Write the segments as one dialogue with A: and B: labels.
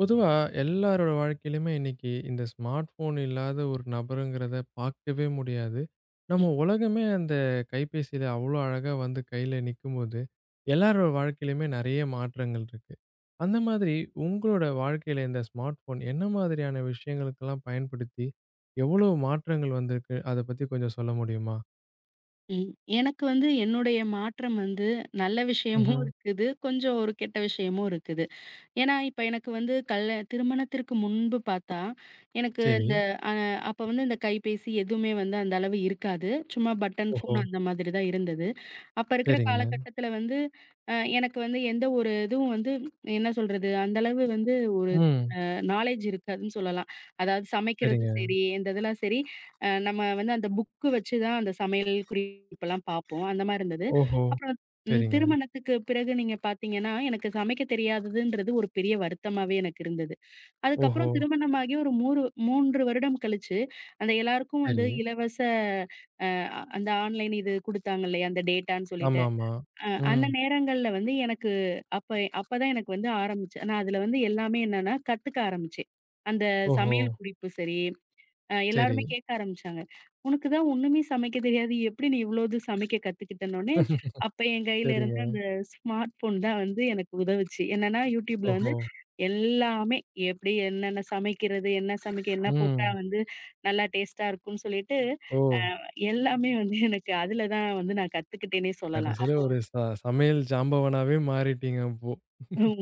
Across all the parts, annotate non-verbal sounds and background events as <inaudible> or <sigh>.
A: பொதுவா எல்லாரோட வாழ்க்கையிலுமே இன்னைக்கு இந்த ஸ்மார்ட் ஃபோன் இல்லாத ஒரு நபருங்கிறத பார்க்கவே முடியாது.
B: ம்,
A: நம்ம உலகமே அந்த கைபேசியில அவ்வளோ அழகா வந்து கையில நிக்கும்போது, எல்லாரோட வாழ்க்கையிலுமே நெறைய மாற்றங்கள் இருக்கு. அந்த மாதிரி உங்களோட வாழ்க்கையில இந்த ஸ்மார்ட் ஃபோன் என்ன மாதிரியான விஷயங்களுக்கெல்லாம் பயன்படுத்தி, எவ்வளோ மாற்றங்கள் வந்திருக்கு? அத பத்தி கொஞ்சம் சொல்ல முடியுமா?
B: ம். எனக்கு வந்து என்னுடைய மாற்றம் வந்து நல்ல விஷயமும்
A: ம்ஹ்ம்.
B: இருக்குது. கொஞ்சம் ஒரு கெட்ட விஷயமும் இருக்குது. ஏன்னா, இப்ப எனக்கு வந்து கல்ல திருமணத்திற்கு முன்பு பார்த்தா, எனக்கு
A: சரி.
B: இந்த அ அப்ப வந்து இந்த கைபேசி எதுவுமே வந்து அந்த அளவு இருக்காது. சும்மா பட்டன்
A: ஓஹோ!
B: ஃபோன் அந்த மாதிரி தான் இருந்தது. அப்ப இருக்கிற
A: சரிங்க.
B: காலகட்டத்தில வந்து, அ எனக்கு வந்து எந்த ஒரு இதுவும் வந்து என்ன சொல்றது? அந்த அளவு வந்து
A: ம்.
B: நாலேட்ஜ் இருக்காதுன்னு சொல்லலாம். அதாவது சமைக்கிறது
A: சரிங்க.
B: சரி, இந்த இதெல்லாம் சரி, நம்ம வந்து அந்த புக்கு வச்சு தான் அந்த சமையல் குறிப்பெல்லாம் பார்ப்போம். அந்த மாரி இருந்தது.
A: ஓஹோ!
B: அப்புறம்.
A: சரிங்க.
B: திருமணத்துக்கு பிறகு நீங்க பார்த்தீங்கன்னா, எனக்கு சமைக்க தெரியாததுன்றது ஒரு பெரிய வருத்தமாவே எனக்கு இருந்தது.
A: ஓஹோ!
B: அதுக்கப்புறம் திருமணமாகி ஒரு 3 வருடம் கழிச்சு, அந்த எல்லாருக்கும் வந்து
A: சரி.
B: இலவச அ அந்த ஆன்லைன் இது குடுத்தாங்க இல்லையா? அந்த டேட்டான்னு சொல்லிட்டு.
A: ஆமாமா.
B: அந்த
A: ம்.
B: நேரங்கள்ல வந்து எனக்கு அப்ப அப்பதான் எனக்கு வந்து ஆரம்பிச்சேன். நான் அதுல வந்து எல்லாமே என்னன்னா கத்துக்க ஆரம்பிச்சேன். அந்த
A: ஓஹோ!
B: சமையல் குறிப்பு சரி,
A: சரி.
B: எல்லாருமே கேட்க ஆரம்பிச்சாங்க. "உனக்கு தான் ஒண்ணுமே சமைக்க தெரியாது. எப்படி நீ இவ்ளோ இது சமைக்க கத்துக்கிட்டனோனே?" அப்ப என் கையில இருந்த
A: சரிங்க.
B: அந்த ஸ்மார்ட் ஃபோன் தான் வந்து எனக்கு உதவுச்சு. என்னன்னா YouTubeல வந்து
A: ஓஹோ!
B: எல்லாமே எப்படி என்னென்ன சமைக்கிறது, என்ன சமைக்க என்ன போட்டா
A: ம்.
B: வந்து நல்லா டேஸ்ட்டா இருக்கும்னு சொல்லிட்டு,
A: ஓ!
B: அ எல்லாமே வந்து எனக்கு அதுல தான் வந்து நான் கத்துக்கிட்டேன்னே சொல்லலாம்.
A: கடைசில
B: அப்போ
A: ஒரு சமையல் ஜாம்பவானாவே மாறிட்டீங்க அப்போ.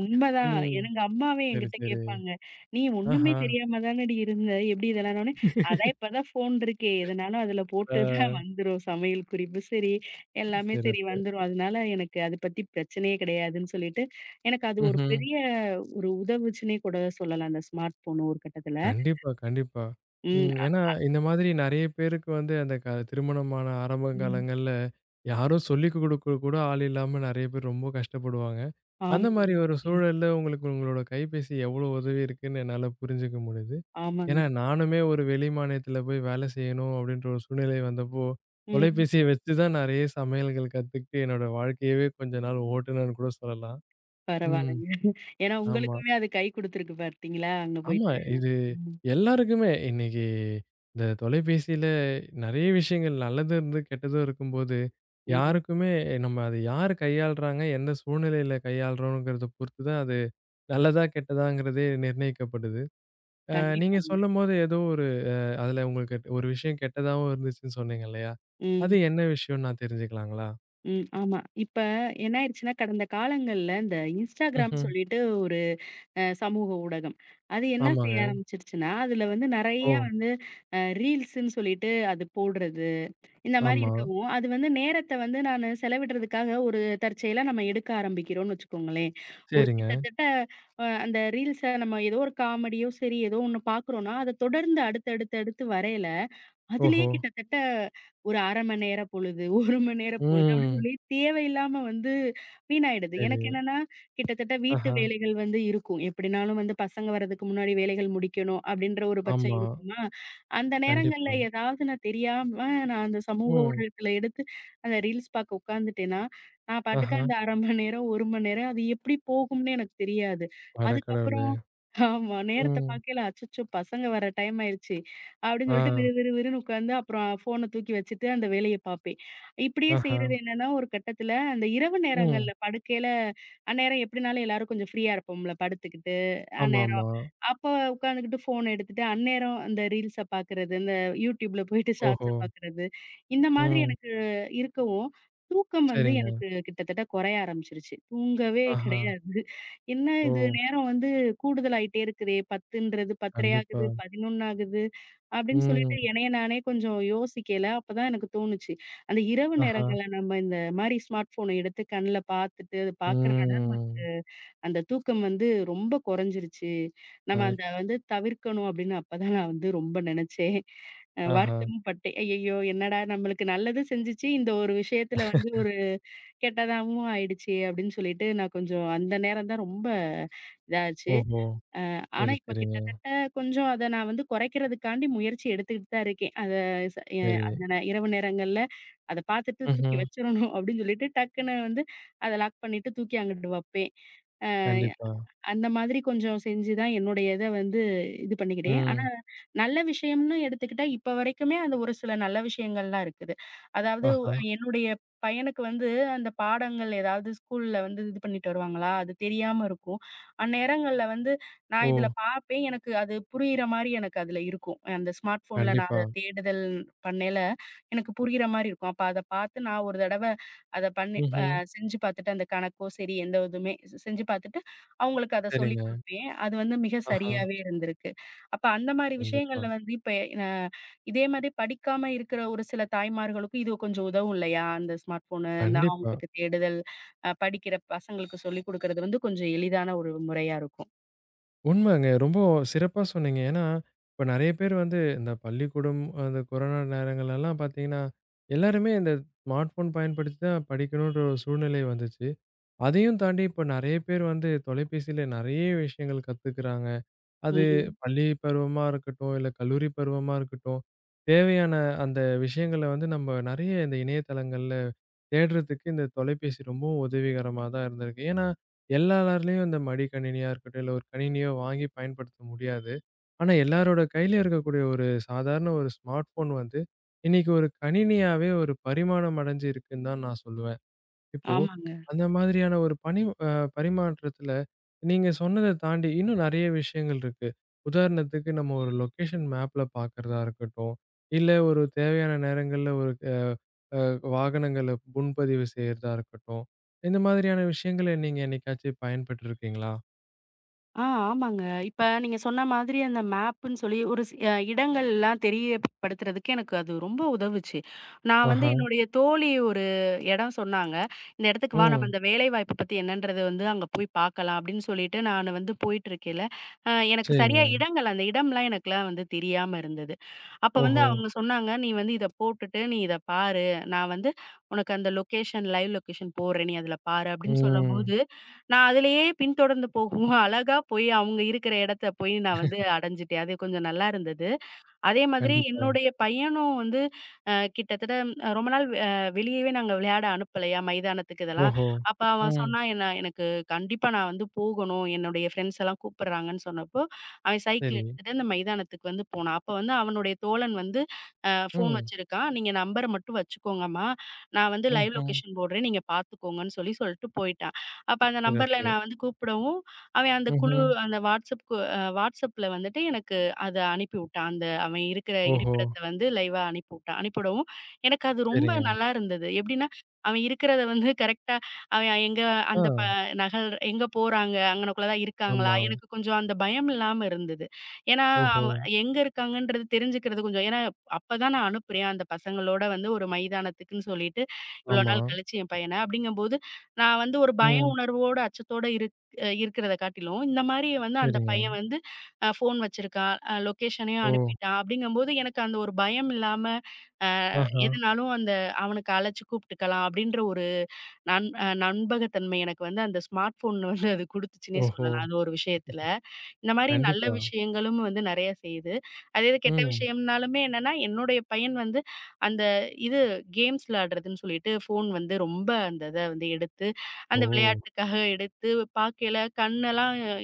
B: உண்மதான்.
A: ம்.
B: எங்க அம்மாவே
A: சரி,
B: என்கிட்ட
A: சரி.
B: கேட்பாங்க. "நீ ஒண்ணுமே
A: ஆஹா!
B: தெரியாம தானடி இருந்த. எப்படி இதெல்லாம்?" நானே அதான் இப்பதான் ஃபோன் இருக்கே. எதுனாலும் அதுல போட்டு
A: அ
B: தான் வந்துரும். சமையல் குறிப்பு சரி, எல்லாமே சரி
A: சிறப்பு.
B: வந்துரும். அதனால எனக்கு அத பத்தி பிரச்சனையே கிடையாதுன்னு சொல்லிட்டு, எனக்கு அது ஒரு
A: ம்ஹ்ம்.
B: பெரிய ஒரு உதவுச்சுன்னே கூட சொல்லலாம். அந்த ஸ்மார்ட் ஃபோன் ஒரு கட்டத்துல.
A: கண்டிப்பா, கண்டிப்பா.
B: ம்.
A: ம். ஏன்னா, இந்த மாதிரி நெறைய பேருக்கு வந்து அந்த திருமணமான ஆரம்ப
B: ம்.
A: காலங்கள்ல யாரும் சொல்லிக் குடுக்க கூட ஆள் இல்லாம நெறைய பேர் ரொம்ப கஷ்டப்படுவாங்க. அந்த
B: ஆமாங்க.
A: மாரி ஒரு
B: ம்.
A: சூழல்ல உங்களுக்கு உங்களோட கைபேசி எவ்ளோ உதவி இருக்குன்னு என்னால புரிஞ்சுக்க முடியுது. ஏன்னா,
B: ஆமாங்க.
A: நானுமே ஒரு வெளி மாநிலத்தில போய் வேலை செய்யணும் அப்டின்ற ஒரு சூழ்நிலை வந்தப்போ,
B: ம்.
A: தொலைபேசிய வச்சு தான் நெறைய சமையல்கள் கத்துக்கிட்டு என்னோட வாழ்க்கையவே கொஞ்ச நாள் ஓட்டுனேன்னு கூட சொல்லலாம். ம்.
B: பரவால்லங்க. ஏன்னா
A: ஆமா.
B: உங்களுக்குமே அது கை குடுத்துருக்கு பார்த்தீங்களா? அங்க
A: ஆமா.
B: போயிட்டு.
A: இது
B: ம்.
A: எல்லாருக்குமே இன்னைக்கு இந்த தொலைபேசியில நெறைய விஷயங்கள் நல்லதும் இருந்து, கெட்டதும் இருக்கும்போது,
B: ம்.
A: யாருக்குமே நம்ம அத யார் கையாளுறாங்க, எந்த சூழ்நிலையில கையாளுறோம்ங்கிறத பொறுத்து தான் அது நல்லதா, கெட்டதாங்கிறதே நிர்ணயிக்கப்படுது. அ நீங்க
B: கண்டிப்பாங்க.
A: சொல்லும்போது ஏதோ ஒரு அதுல உங்களுக்கு ஒரு விஷயம் கெட்டதாவும் இருந்துச்சுன்னு சொன்னீங்க இல்லையா?
B: ம்.
A: அது என்ன விஷயம்னு நான் தெரிஞ்சுக்கலாங்களா?
B: ம். ஆமா. இப்ப என்ன ஆயிடுச்சுன்னா, கடந்த காலங்கள்ல இந்த Instagram
A: ம்ஹ்ம்.
B: சொல்லிட்டு ஒரு சமூக ஊடகம். அது என்ன
A: ஆமாங்க.
B: செய்ய ஆரம்பிச்சுருச்சுன்னா, அதுல வந்து நெறைய
A: ஓ!
B: வந்து ரீல்ஸ்ன்னு சொல்லிட்டு அது போடுறது. இந்த மாரி
A: ஆமா.
B: இருக்கவும், அது வந்து நேரத்த வந்து நானு செலவிடுறதுக்காக ஒரு தற்செயலா நம்ம எடுக்க ஆரம்பிக்கிறோம்னு வச்சுக்கோங்களேன். ஒரு
A: சரிங்க.
B: கிட்டத்தட்ட அந்த ரீல்ஸ நம்ம ஏதோ ஒரு காமெடியோ சரி, ஏதோ ஒண்ணு பாக்குறோம்னா, அத தொடர்ந்து அடுத்து, அடுத்து, அடுத்து வரையில அதுலயே
A: ஓஹோ!
B: கிட்டத்தட்ட ஒரு 1/2 மணி நேர பொழுது, <laughs> 1 மணி நேர பொழுது அப்படி
A: ம்.
B: சொல்லி தேவையில்லாம வந்து வீணாயிடுது.
A: சரி.
B: எனக்கு என்னன்னா, கிட்டத்தட்ட வீட்டு
A: ஆஹா.
B: வேலைகள் வந்து இருக்கும். எப்படினாலும் வந்து பசங்க வர்றதுக்கு முன்னாடி வேலைகள் முடிக்கணும் அப்படின்ற ஒரு பட்சம்
A: ஆமா.
B: இருக்குமா, அந்த நேரங்கள்ல
A: கண்டிப்பா.
B: ஏதாவது நான் தெரியாம நான் அந்த சமூக
A: ம்.
B: ஊடகத்துல எடுத்து அந்த ரீல்ஸ் பார்க்க உட்காந்துட்டேன்னா, நான் பாட்டுக்கு
A: ஆஹா.
B: அந்த 1/2 மணி நேரம், 1 மணி நேரம் அது எப்படி போகும்னே எனக்கு தெரியாது.
A: அட கடவுளே!
B: அதுக்கப்புறம் ஆமா நேரத்த
A: ம்.
B: பார்க்கையில அச்சச்சோ! பசங்க வர டைம் ஆயிருச்சு அப்படின்னு
A: ஆ.
B: சொல்லிட்டு விறுவிறுன்னு உட்காந்து அப்புறம் ஃபோன தூக்கி வச்சுட்டு அந்த வேலைய பார்ப்பேன். இப்படியே
A: ஆஹா.
B: செய்றது என்னன்னா, ஒரு கட்டத்துல அந்த இரவு
A: ம்.
B: நேரங்கள்ல படுக்கையில அந்நேரம் எப்படினாலும் எல்லாரும் கொஞ்சம் ஃப்ரீயா இருப்போம்ல படுத்துக்கிட்டு, அந்நேரம்.
A: ஆமாமா.
B: அப்ப உட்காந்துக்கிட்டு ஃபோன் எடுத்துட்டு அந்நேரம் அந்த ரீல்ஸ பார்க்கறது, இந்த YouTubeல போயிட்டு
A: ஓஹோ!
B: ஷார்ட்ஸ பார்க்கறது, இந்த மாதிரி
A: ம்.
B: எனக்கு இருக்கவும், தூக்கம் வந்து
A: சரிங்க.
B: எனக்கு கிட்டத்தட்ட குறைய ஆரம்பிச்சுருச்சு. தூங்கவே
A: ஆஹா.
B: கிடையாது. என்ன
A: ஓ!
B: இது நேரம் வந்து கூடுதலாயிட்டே இருக்குதே 10ன்றது 10:30 ஆகுது,
A: கண்டிப்பா.
B: 11 ஆகுது. அப்படின்னு சொல்லிட்டு
A: ம்.
B: என்னைய நானே கொஞ்சம் யோசிக்கல. அப்பதான் எனக்கு தோணுச்சு. அந்த இரவு
A: ஆஹா.
B: நேரங்கள்ல நம்ம இந்த மாரி ஸ்மார்ட் ஃபோன எடுத்து கண்ல பார்த்துட்டு, அது பார்க்கறனால நம்ம
A: ம்.
B: அந்த தூக்கம் வந்து ரொம்ப குறைஞ்சிருச்சு. நம்ம
A: கரெக்ட்.
B: அத வந்து தவிர்க்கணும் அப்படின்னு அப்பதான் நான் வந்து ரொம்ப நினைச்சேன்.
A: ஆஹா!
B: வருத்தமும் பட்டேன். ஐயய்யோ! என்னடா நம்மளுக்கு நல்லது செஞ்சுச்சு. இந்த ஒரு விஷயத்துல வந்து ஒரு கெட்டதாவும் ஆயிடுச்சே அப்படின்னு சொல்லிட்டு நான் கொஞ்சம் அந்த நேரம் தான் ரொம்ப இதாச்சு.
A: ஓஹோ!
B: ஆனா,
A: சரி,
B: இப்ப
A: சரிங்க.
B: கிட்டத்தட்ட கொஞ்சம் அத நான் வந்து குறைக்கிறதுக்காண்டி முயற்சி எடுத்துக்கிட்டு தான் இருக்கேன். அத ச எ
A: சரி.
B: அந்த இரவு நேரங்கள்ல அத பார்த்துட்டு தூக்கி
A: ம்ஹ்ம்.
B: வச்சிரணும் அப்படின்னு சொல்லிட்டு, டக்குன்னு வந்து அத லாக் பண்ணிட்டு தூக்கி அங்கிட்டு வப்பேன்.
A: கண்டிப்பா.
B: அந்த மாதிரி கொஞ்சம் செஞ்சு தான் என்னுடைய இத வந்து இது பண்ணிக்கிட்டேன். ஆனா,
A: ம்.
B: நல்ல விஷயம்னு எடுத்துக்கிட்டா, இப்ப வரைக்குமே அந்த ஒரு சில நல்ல விஷயங்கள்லாம் இருக்குது. அதாவது
A: ஆஹா!
B: என்னுடைய பையனுக்கு வந்து அந்த பாடங்கள் ஏதாவது ஸ்கூல்ல வந்து இது பண்ணிட்டு வருவாங்களா, அது தெரியாம இருக்கும். அந்நேரங்கள்ல வந்து நான்
A: ஓ!
B: இதுல பார்ப்பேன். எனக்கு அது புரியிற மாரி எனக்கு அதுல இருக்கும். அந்த ஸ்மார்ட் ஃபோன்ல நான்
A: கண்டிப்பா.
B: அத தேடுதல் பண்ணேல எனக்கு புரியிற மாரி இருக்கும். அப்ப அத பார்த்து நான் ஒரு தடவ அத பண்ணி
A: ம்ஹ்ம்.
B: செஞ்சு பார்த்துட்டு அந்த கணக்கோ சரி, எந்த இதுவுமே செஞ்சு பார்த்துட்டு, அவங்களுக்கு அத சொல்லிக்
A: சரிங்க.
B: குடுப்பேன். அது வந்து மிக
A: ஆஹா!
B: சரியாவே இருந்திருக்கு. அப்ப அந்த மாரி
A: கண்டிப்பா.
B: விஷயங்கள்ல வந்து இப்ப அ இதே மாதிரி படிக்காம இருக்கிற ஒரு சில தாய்மார்களுக்கும் இது கொஞ்சம் உதவும் இல்லையா? அந்த ஸ்மார்ட் ஃபோனு அந்த
A: கண்டிப்பா.
B: அவங்களுக்கு தேடுதல், படிக்கிற பசங்களுக்கு சொல்லிக் குடுக்கறது வந்து கொஞ்சம் எளிதான ஒரு முறையா இருக்கும்.
A: உண்மைங்க. ரொம்ப சிறப்பா சொன்னீங்க. ஏன்னா, இப்ப நெறைய பேர் வந்து இந்த பள்ளிக்கூடம், அந்த கொரோனா நேரங்கள்லலாம் பார்த்தீங்கன்னா, எல்லாருமே இந்த ஸ்மார்ட் ஃபோன் பயன்படுத்தி தான் படிக்கணுன்ற ஒரு சூழ்நிலை வந்துச்சு. அதையும் தாண்டி இப்ப நெறைய பேர் வந்து தொலைபேசியில நெறைய விஷயங்கள் கத்துக்கிறாங்க. அது
B: ம்.
A: பள்ளி பருவமா இருக்கட்டும், இல்ல கல்லூரி பருவமா இருக்கட்டும், தேவையான அந்த விஷயங்கள வந்து நம்ம நெறைய இந்த இணையதளங்கள்ல தேடுறதுக்கு இந்த தொலைபேசி ரொம்பவும் உதவிகரமா தான் இருந்திருக்கு. ஏன்னா, எல்லாராலயும் இந்த மடிக்கணினியா இருக்கட்டும், இல்ல ஒரு கணினியோ வாங்கி பயன்படுத்த முடியாது. ஆனா, எல்லாரோட கையிலயும் இருக்கக்கூடிய ஒரு சாதாரண ஒரு ஸ்மார்ட் ஃபோன் வந்து, இன்னைக்கு ஒரு கணினியாவே ஒரு பரிமாணம் அடைஞ்சு இருக்குன்னு தான் நான் சொல்லுவேன். இப்போ,
B: ஆமாங்க.
A: அந்த மாதிரியான ஒரு பணி அ பரிமாற்றத்துல, நீங்க சொன்னத தாண்டி இன்னும் நெறைய விஷயங்கள் இருக்கு. உதாரணத்துக்கு நம்ம ஒரு லொகேஷன் மேப்ல பாக்குறதா இருக்கட்டும், இல்ல ஒரு தேவையான நேரங்கள்ல ஒரு அ அ வாகனங்கள முன்பதிவு செய்யறதா இருக்கட்டும். இந்த மாதிரியான விஷயங்கள நீங்க என்னைக்காச்சும் பயன்பட்டுருக்கீங்களா?
B: ஆமாங்க. இப்ப நீங்க சொன்ன மாதிரி அந்த மேப்புன்னு சொல்லி ஒரு சி அ இடங்கள்லாம் தெரியப்படுத்துறதுக்கு எனக்கு அது ரொம்ப உதவுச்சு. நான் வந்து
A: ஆஹா.
B: என்னுடைய தோழி ஒரு இடம் சொன்னாங்க. "இந்த இடத்துக்கு வா, நம்ம
A: ம்.
B: இந்த வேலைவாய்ப்பு பத்தி என்னன்றத வந்து அங்க போய் பார்க்கலாம்." அப்படின்னு சொல்லிட்டு நானு வந்து போயிட்டுருக்கையில, எனக்கு
A: சரிங்க.
B: சரியா இடங்கள் அந்த இடம்லாம் எனக்குலாம் வந்து தெரியாம இருந்தது. அப்ப வந்து
A: ஓஹோ!
B: அவங்க சொன்னாங்க, "நீ வந்து இத போட்டுட்டு நீ இத பாரு. நான் வந்து உனக்கு அந்த லொக்கேஷன் லைவ் லொக்கேஷன் போடுறேன். நீ அதுல பாரு" அப்படின்னு
A: ம்.
B: சொல்லும்போது, நான் அதிலேயே பின்தொடர்ந்து போகவும், <laughs> அழகா போய் அவங்க இருக்கிற இடத்த போய் நான் வந்து அடைஞ்சுட்டேன். அது கொஞ்சம் நல்லா இருந்தது. அதே மாதிரி
A: கண்டிப்பா.
B: என்னுடைய பையனும் வந்து கிட்டத்தட்ட ரொம்ப நாள் வெளியவே நாங்க விளையாட அனுப்பலையா, மைதானத்துக்கு இதெல்லாம்.
A: ஓஹோ!
B: அப்ப அவன்
A: ம்.
B: சொன்னான், "என்ன எனக்கு கண்டிப்பா நான் வந்து போகணும். என்னுடைய ஃப்ரெண்ட்ஸ் எல்லாம் கூப்பிடுறாங்கன்னு" சொன்னப்போ, அவன் சைக்கிள்
A: சரி.
B: எடுத்துட்டு அந்த மைதானத்துக்கு வந்து போனான். அப்ப வந்து அவனுடைய தோழன் வந்து ஃபோன்
A: ம்.
B: வச்சிருக்கான். "நீங்க நம்பர மட்டும் வச்சுக்கோங்கம்மா. நான் வந்து லைவ்
A: ம்ஹ்ம்.
B: லொகேஷன் போடுறேன். நீங்க பார்த்துக்கோங்கன்னு" சொல்லி சொல்லிட்டு போயிட்டான். அப்ப அந்த நம்பர்ல
A: சிறப்பு.
B: நான் வந்து கூப்பிடவும், அவன்
A: ம்ஹ்ம்.
B: அந்த வாட்ஸ்அப் கு அ வாட்ஸ்அப்ல வந்துட்டு எனக்கு அத அனுப்பிவுட்டான். அந்த அவன் இருக்கிற
A: ஓஹோ!
B: இருப்பிடத்த வந்து லைவா அனுப்பிவுட்டான். அனுப்பிவிடவும், எனக்கு அது ரொம்ப
A: சரிங்க.
B: நல்லா இருந்தது. எப்படின்னா, அவன் இருக்கிறத வந்து கரெக்ட்டா அவன் எங்க
A: ஆ.
B: அந்த நகல் எங்க போறாங்க? அங்கனக்குள்ள தான் இருக்காங்களா?
A: ஆமா.
B: எனக்கு கொஞ்சம் அந்த பயம் இல்லாம இருந்தது. ஏன்னா,
A: ஓஹோ!
B: அவ எங்க இருக்காங்கன்றது தெரிஞ்சுக்கிறது கொஞ்சம் ஏன்னா, அப்பதான் நான் அனுப்புறேன். அந்த பசங்களோட வந்து ஒரு மைதானத்துக்குன்னு சொல்லிட்டு, இவ்வளோ
A: ஆமா.
B: நாள் கழிச்சு என் பையன. அப்படிங்கும்போது, நான் வந்து ஒரு பய
A: ம்.
B: உணர்வோட, அச்சத்தோட இருக்கிறத காட்டிலும், இந்த மாரி வந்து அந்த
A: சரிங்க.
B: பையன் வந்து ஃபோன் வச்சிருக்கா, லொகேஷனையும்
A: ஓ!
B: அனுப்பிட்டா. அப்படிங்கும்போது எனக்கு அந்த ஒரு பயம் இல்லாம,
A: ஆஹா!
B: எதுனாலும் அந்த அவனுக்கு அழைச்சு கூப்பிட்டுக்கலாம் அப்படின்ற ஒரு நன் அ நண்பகத்தன்மை எனக்கு வந்து அந்த ஸ்மார்ட் ஃபோன் வந்து அது குடுத்துச்சுன்னே
A: ஓஹோ!
B: சொல்லலாம். அது ஒரு விஷயத்துல. இந்த மாரி நல்ல
A: கண்டிப்பா.
B: விஷயங்களும் வந்து நெறைய செய்யுது. அதே இது கெட்ட
A: ம்.
B: விஷயம்னாலுமே என்னன்னா, என்னுடைய பையன் வந்து அந்த இது கேம்ஸ் விளையாடுறதுன்னு சொல்லிட்டு ஃபோன் வந்து ரொம்ப அந்த இத வந்து எடுத்து,
A: ஓ!
B: அந்த விளையாட்டுக்காக எடுத்து பார்க்கையில கண்ணெல்லாம்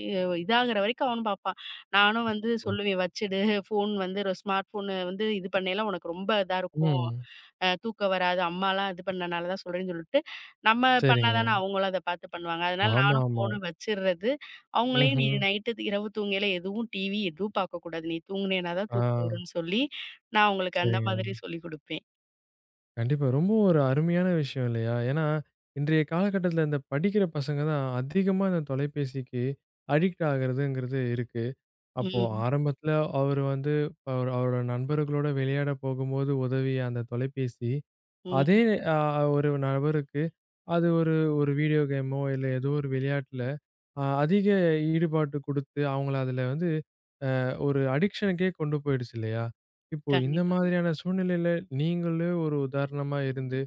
B: இதாகிற வரைக்கும் அவனும் பார்ப்பான். நானும் வந்து
A: அச்சச்சோ!
B: சொல்லுவேன், "வச்சுடு ஃபோன் வந்து ஒரு ஸ்மார்ட் ஃபோனு வந்து இது பண்ணையில உனக்கு ரொம்ப இதா இருக்கும்."
A: ம்.
B: தூக்கம் வராது. அம்மாலாம் இது பண்ணனால தான் சொல்றேன்னு சொல்லிட்டு, நம்ம பண்ணா
A: சரிங்க.
B: தானே அவங்களும் அத பார்த்து பண்ணுவாங்க. அதனால நானும்
A: ஆமாமா.
B: ஃபோன வச்சுர்றது. அவங்களையும் நீ
A: ம்ஹ்ம்.
B: நைட்டு இரவு தூங்கையில எதுவும் டிவி எதுவும் பார்க்கக்கூடாது. நீ தூங்குனேனா தான்
A: ஆ.
B: தூக்கம் வரும்னு சொல்லி, நான் அவங்களுக்கு அந்த
A: சரிங்க.
B: மாதிரி சொல்லிக் குடுப்பேன்.
A: கண்டிப்பா. ரொம்ப ஒரு அருமையான விஷயம் இல்லையா? ஏன்னா, இன்றைய காலகட்டத்தில இந்த படிக்கிற பசங்க தான் அதிகமா இந்த தொலைபேசிக்கு அடிக்ட் ஆகுறதுங்கிறது இருக்கு. அப்போ
B: ம்,
A: ஆரம்பத்துல அவரு வந்து அவரு அவரோட நண்பர்களோட விளையாட போகும்போது உதவிய அந்த தொலைபேசி, அதே
B: ம்.
A: அ ஒரு நபருக்கு அது ஒரு ஒரு வீடியோ கேமோ இல்ல ஏதோ ஒரு விளையாட்டுல அதிக ஈடுபாட்டு குடுத்து அவங்கள அதுல வந்து அ ஒரு அடிக்ஷனுக்கே கொண்டு போயிடுச்சு இல்லையா? இப்போ இந்த
B: கண்டிப்பா.
A: மாதிரியான சூழ்நிலையில நீங்களே ஒரு உதாரணமா இருந்து,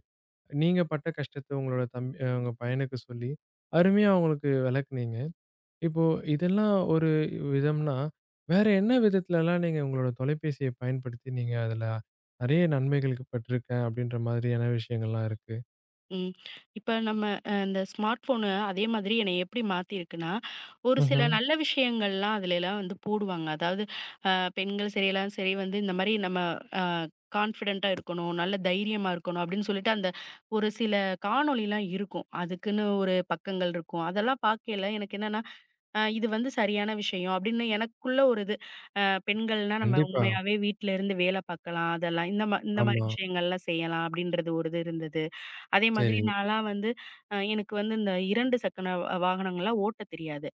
A: நீங்க பட்ட கஷ்டத்த உங்களோட தம்பி அ உங்க பையனுக்கு சொல்லி, அருமையா அவங்களுக்கு விளக்குனீங்க. இப்போ இதெல்லாம் ஒரு விதம்னா, வேற என்ன விதத்துலலாம் நீங்க உங்களோட தொலைபேசிய பயன்படுத்தி நீங்க அதுல நெறைய நன்மைகளுக்கு பட்டிருக்கேன் அப்படின்ற மாதிரியான விஷயங்கள்லாம் இருக்கு?
B: ம். இப்ப நம்ம இந்த ஸ்மார்ட் ஃபோனு அதே மாதிரி என்னைய எப்படி மாத்தியிருக்குன்னா, ஒரு சில
A: ம்ஹ்ம்.
B: நல்ல விஷயங்கள்லாம் அதுலலாம் வந்து போடுவாங்க. அதாவது அ பெண்கள் சரி, எல்லாம் சரி வந்து இந்த மாரி நம்ம அ கான்ஃபிடென்ட்டா இருக்கணும், நல்ல தைரியமா இருக்கணும் அப்படின்னு சொல்லிட்டு அந்த ஒரு சில காணொளிலாம் இருக்கும். அதுக்குன்னு ஒரு பக்கங்கள் இருக்கும். அதெல்லாம் பார்க்கையில எனக்கு என்னன்னா, இது வந்து சரியான விஷயம் அப்படின்னு எனக்குள்ள ஒரு இது. அ பெண்கள்னா நம்ம
A: கண்டிப்பா.
B: உண்மையாவே வீட்ல இருந்து வேலை பார்க்கலாம். அதெல்லாம் இந்த மாரி
A: ஆமா.
B: விஷயங்கள்லாம் செய்யலாம் அப்படின்றது ஒரு இது இருந்தது. அதே மாதிரி
A: சரி.
B: நான்லாம் வந்து எனக்கு வந்து இந்த 2 சக்கர வாகனங்கள்லாம் ஓட்டத் தெரியாது.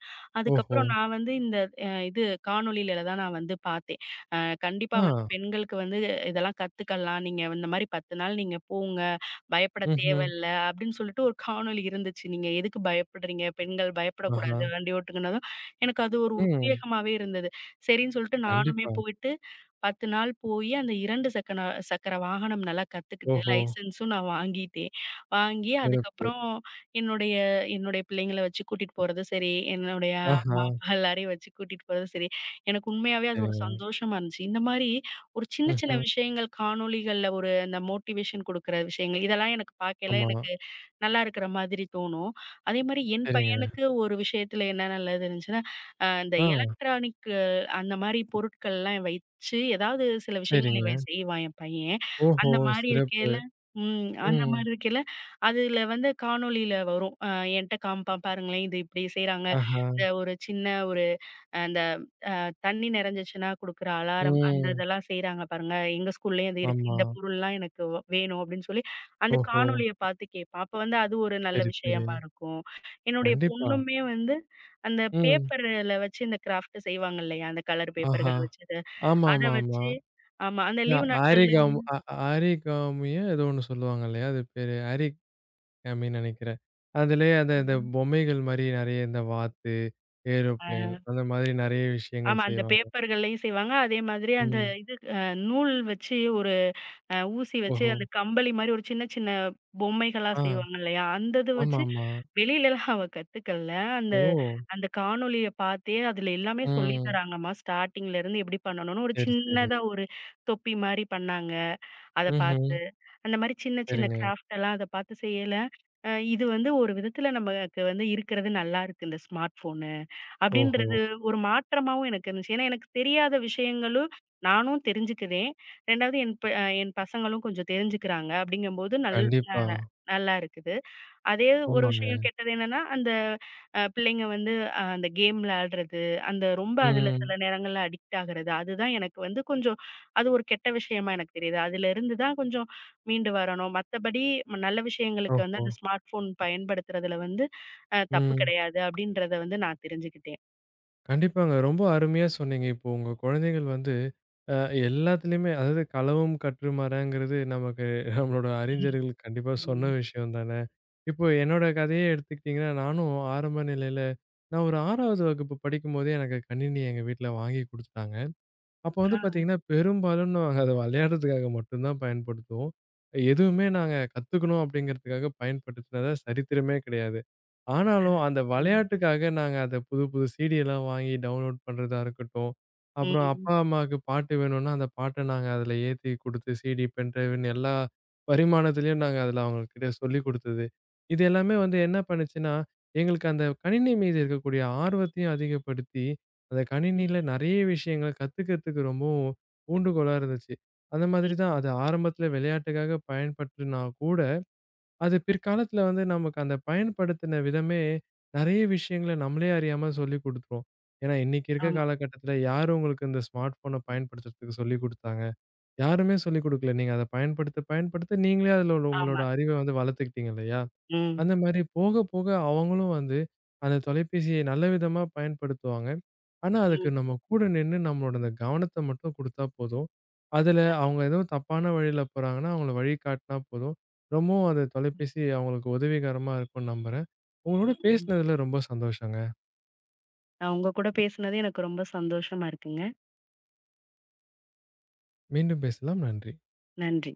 A: ஓஹோ!
B: அதுக்கப்புறம் நான் வந்து இந்த அ இது காணொளியில தான் நான் வந்து பார்த்தேன். அ கண்டிப்பா வந்து
A: ஆ.
B: பெண்களுக்கு வந்து இதெல்லாம் கத்துக்கலாம். நீங்க இந்த மாரி 10 நாள் நீங்க போங்க. பயப்பட
A: ம்ஹ்ம்.
B: தேவையில்ல அப்படின்னு சொல்லிட்டு ஒரு காணொளி இருந்துச்சு. நீங்க எதுக்கு பயப்படுறீங்க? பெண்கள்
A: ஆஹா.
B: பயப்படக்கூடாது வண்டி ஓட்டுங்கனதும் எனக்கு அது ஒரு
A: ம்.
B: உத்வேகமாவே இருந்தது. சரின்னு சொல்லிட்டு நானுமே
A: கண்டிப்பா.
B: போயிட்டு 10 நாள் போயி அந்த 2 சக்கர வாகனம் நல்லா கத்துக்கிட்டு,
A: ஓஹோ!
B: லைசென்ஸும் நான் வாங்கிட்டேன். வாங்கி
A: சிறப்பு.
B: அதுக்கப்புறம் என்னுடைய என்னுடைய பிள்ளைங்கள வச்சு கூட்டிட்டு போறதும் சரி, என்னுடைய
A: ஆஹா.
B: அம்மா, அப்பா எல்லாரையும் வச்சு கூட்டிட்டு போறதும் சரி, எனக்கு உண்மையாவே அது ஒரு
A: சரிங்க.
B: சந்தோஷமா இருந்துச்சு. இந்த மாரி ஒரு சின்ன சின்ன
A: ம்ஹ்ம்.
B: விஷயங்கள் காணொளிகள்ல ஒரு அந்த மோட்டிவேஷன் குடுக்குற விஷயங்கள், இதெல்லாம் எனக்கு பார்க்கையில
A: ஆமா.
B: எனக்கு நல்லா இருக்கிற மாதிரி தோணும். அதேமாரி என்
A: சரிங்க.
B: பையனுக்கு ஒரு விஷயத்துல என்ன நல்லது இருந்துச்சுன்னா, இந்த
A: ஆ.
B: எலக்ட்ரானிக் அந்த மாரி பொருட்கள்லாம் வச்சு, ஏதாவது சில விஷயங்கள்
A: சரிங்க.
B: இவன் செய்வான் என் பையன்.
A: ஓஹோ!
B: அந்த மாரி
A: சிறப்பு.
B: இருக்கையில ம். அந்த
A: ம்.
B: மாரி இருக்கையில, அதுல வந்து காணொளியில வரும். என்ட்ட காமிப்பான் பாருங்களேன், இது இப்படி செய்றாங்க.
A: ஆஹா.
B: இந்த ஒரு சின்ன ஒரு அந்த தண்ணி நிறைஞ்சிச்சுன்னா குடுக்குற அலாரம் அந்த
A: ம்.
B: இதெல்லாம் செய்றாங்க பாருங்க. எங்க ஸ்கூல்லயும் அது இருக்கு.
A: ஆமா.
B: இந்த பொருள்லாம் எனக்கு வேணும் அப்படின்னு சொல்லி, அந்த
A: ஓஹோ!
B: காணொளிய பார்த்து கேட்பான். அப்ப வந்து அது ஒரு நல்ல
A: சரி, சரி.
B: விஷயமா இருக்கும். என்னுடைய
A: கண்டிப்பா.
B: பொண்ணுமே வந்து அந்த
A: ம்.
B: பேப்பர்ல வச்சு இந்த கிராஃப்ட் செய்வாங்க இல்லையா? அந்த கலர்
A: ஆஹா!
B: பேப்பர்கள் வச்சது. அத
A: ஆமாமாமா.
B: வச்சு ஆமா. அந்த
A: அ
B: லீவு நாட்கள்ல
A: ஆரிகாம் அ ஆரிகாமிய ஏதோ ஒண்ணு சொல்லுவாங்க இல்லையா? அது பேரு ஆரிகாமின்னு நெனைக்கிறேன். அதிலயே அந்த இந்த
B: ம்.
A: பொம்மைகள் மாரி நெறைய இந்த வாத்து,
B: ஆ
A: ஏரோப்ளேன் அந்த மாதிரி நெறைய
B: ஆமா.
A: விஷயங்கள்
B: அந்த
A: செய்வாங்க.
B: பேப்பர்கள்லயும் செய்வாங்க. அதே மாதிரி அந்த
A: ம்.
B: இது நூல் வச்சு ஒரு ஊசி வச்சு
A: ஓஹோ!
B: அந்த கம்பளி மாரி ஒரு சின்ன சின்ன பொம்மைகளா
A: ஆ.
B: செய்வாங்க இல்லையா? அந்த இது வச்சு
A: ஆமாமா.
B: வெளியிலலாம் அவ கத்துக்கல. அந்த
A: ஓ!
B: அந்த காணொளிய பார்த்தே அதுல எல்லாமே சொல்லி
A: ம்.
B: தராங்கம்மா. ஸ்டார்ட்டிங்ல இருந்து எப்படி பண்ணணும்னு ஒரு
A: சரி, சரி.
B: சின்னதா ஒரு தொப்பி மாரி பண்ணாங்க. அத
A: ம்ஹ்ம்.
B: பார்த்து. அந்த மாரி சின்ன சின்ன
A: சரிங்க.
B: கிராஃப்ட் எல்லாம் அத பார்த்து செய்யல. இது வந்து ஒரு விதத்துல நமக்கு வந்து இருக்கிறது நல்லா இருக்கு இந்த ஸ்மார்ட் ஃபோனு.
A: ஓஹோ!
B: அப்படின்றது ஒரு மாற்றமாவும் எனக்கு இருந்துச்சு. ஏன்னா எனக்கு தெரியாத விஷயங்களும் நானும் தெரிஞ்சுக்கிறேன். 2வது என் பசங்களும் கொஞ்சம் தெரிஞ்சுக்கிறாங்க. அப்படிங்கும்போது அ
A: கண்டிப்பா.
B: நல்லா இருக்குது. அதே ஒரு
A: ஆமாங்க.
B: விஷயம் கெட்டது என்னன்னா, அந்த பிள்ளைங்க வந்து அந்த கேம் விளையாடுறது, அந்த ரொம்ப அதுல
A: ம்.
B: சில நேரங்கள்ல அடிக்ட் ஆகுறது. அதுதான் எனக்கு வந்து கொஞ்சம் அது ஒரு கெட்ட விஷயமா எனக்கு தெரியுது. அதிலிருந்து தான் கொஞ்சம் மீண்டு வரணும். மத்தபடி நல்ல விஷயங்களுக்கு வந்து
A: ஓஹோ!
B: அந்த ஸ்மார்ட் ஃபோன் பயன்படுத்துறதுல வந்து தப்பு
A: ம்.
B: கிடையாது அப்படின்றத வந்து நான் தெரிஞ்சுக்கிட்டேன்.
A: கண்டிப்பாங்க. ரொம்ப அருமையா சொன்னீங்க. இப்போ உங்க குழந்தைகள் வந்து அ எல்லாத்துலயுமே அதாவது களவும் கற்றுமறங்கிறது நமக்கு நம்மளோட அறிஞர்கள் கண்டிப்பா சொன்ன
B: ம்.
A: விஷயம் தானே. இப்போ என்னோட
B: கண்டிப்பா.
A: கதையே எடுத்துக்கிட்டீங்கன்னா, நானும் ஆரம்ப நிலையில நான் ஒரு 6வது வகுப்பு படிக்கும்போதே எனக்கு கணினி எங்க வீட்ல வாங்கி குடுத்துட்டாங்க. அப்ப வந்து பார்த்தீங்கன்னா, பெரும்பாலும் நாங்க அத விளையாடுறதுக்காக மட்டும் தான் பயன்படுத்துவோம். எதுவுமே நாங்க கத்துக்கணும் அப்படிங்கிறதுக்காக பயன்படுத்தினதா சரித்திரமே கிடையாது. ஆனாலும் அந்த
B: ம்.
A: விளையாட்டுக்காக நாங்க அத புது புது சீடியெல்லாம் வாங்கி டவுன்லோட் பண்றதா இருக்கட்டும். அப்புறம்
B: ம்.
A: அப்பா, அம்மாவுக்கு பாட்டு வேணும்னா, அந்த பாட்ட நாங்க அதில ஏத்தி குடுத்து சீடி, பென் டிரைவ்ன்னு எல்லா பரிமாணத்திலயும் நாங்க அதில அவங்ககிட்ட சொல்லிக் குடுத்தது. இது எல்லாமே வந்து என்ன பண்ணுச்சுன்னா, எங்களுக்கு அந்த கணினி மீது இருக்கக்கூடிய ஆர்வத்தையும் அதிகப்படுத்தி அந்த
B: ம்.
A: கணினியில நெறைய விஷயங்கள் கத்துக்கிறதுக்கு ரொம்பவும் ஊண்டுகோலா இருந்துச்சு. அந்த
B: ம்.
A: மாதிரி தான் அது ஆரம்பத்துல விளையாட்டுக்காக பயன்படுத்தினா கூட, அது பிற்காலத்துல வந்து நமக்கு அந்த பயன்படுத்தின விதமே நெறைய விஷயங்கள நம்மளே அறியாம சொல்லிக் குடுத்துரும். ஏன்னா இன்னைக்கு இருக்க
B: ஆமா,
A: காலகட்டத்துல யாரு உங்களுக்கு இந்த ஸ்மார்ட் ஃபோன பயன்படுத்துறதுக்கு சொல்லிக் குடுத்தாங்க? யாருமே சொல்லிக் குடுக்கல. நீங்க அத பயன்படுத்த, பயன்படுத்த நீங்களே அதுல உள்ள
B: ஆமா.
A: உங்களோட அறிவ வந்து வளர்த்துக்கிட்டீங்க இல்லையா?
B: ம்.
A: அந்த மாரி போக, போக அவங்களும் வந்து அந்த தொலைபேசியை நல்ல விதமா பயன்படுத்துவாங்க. ஆனா, அதுக்கு
B: ம்.
A: நம்ம கூட நின்னு நம்மளோட அந்த கவனத்த மட்டும் குடுத்தா போதும். அதுல அவங்க ஏதோ தப்பான வழியில போறாங்கன்னா, அவங்கள வழி காட்டுனா போதும். ரொம்பவும் அந்த தொலைபேசி அவங்களுக்கு உதவிகரமா இருக்கும்னு நம்புறேன். உங்களோட
B: ம்.
A: பேசினதுல ரொம்ப சந்தோஷங்க.
B: அ உங்க கூட பேசுனது எனக்கு ரொம்ப சந்தோஷமா இருக்குங்க.
A: மீண்டும் பேசலாம். நன்றி.
B: நன்றி.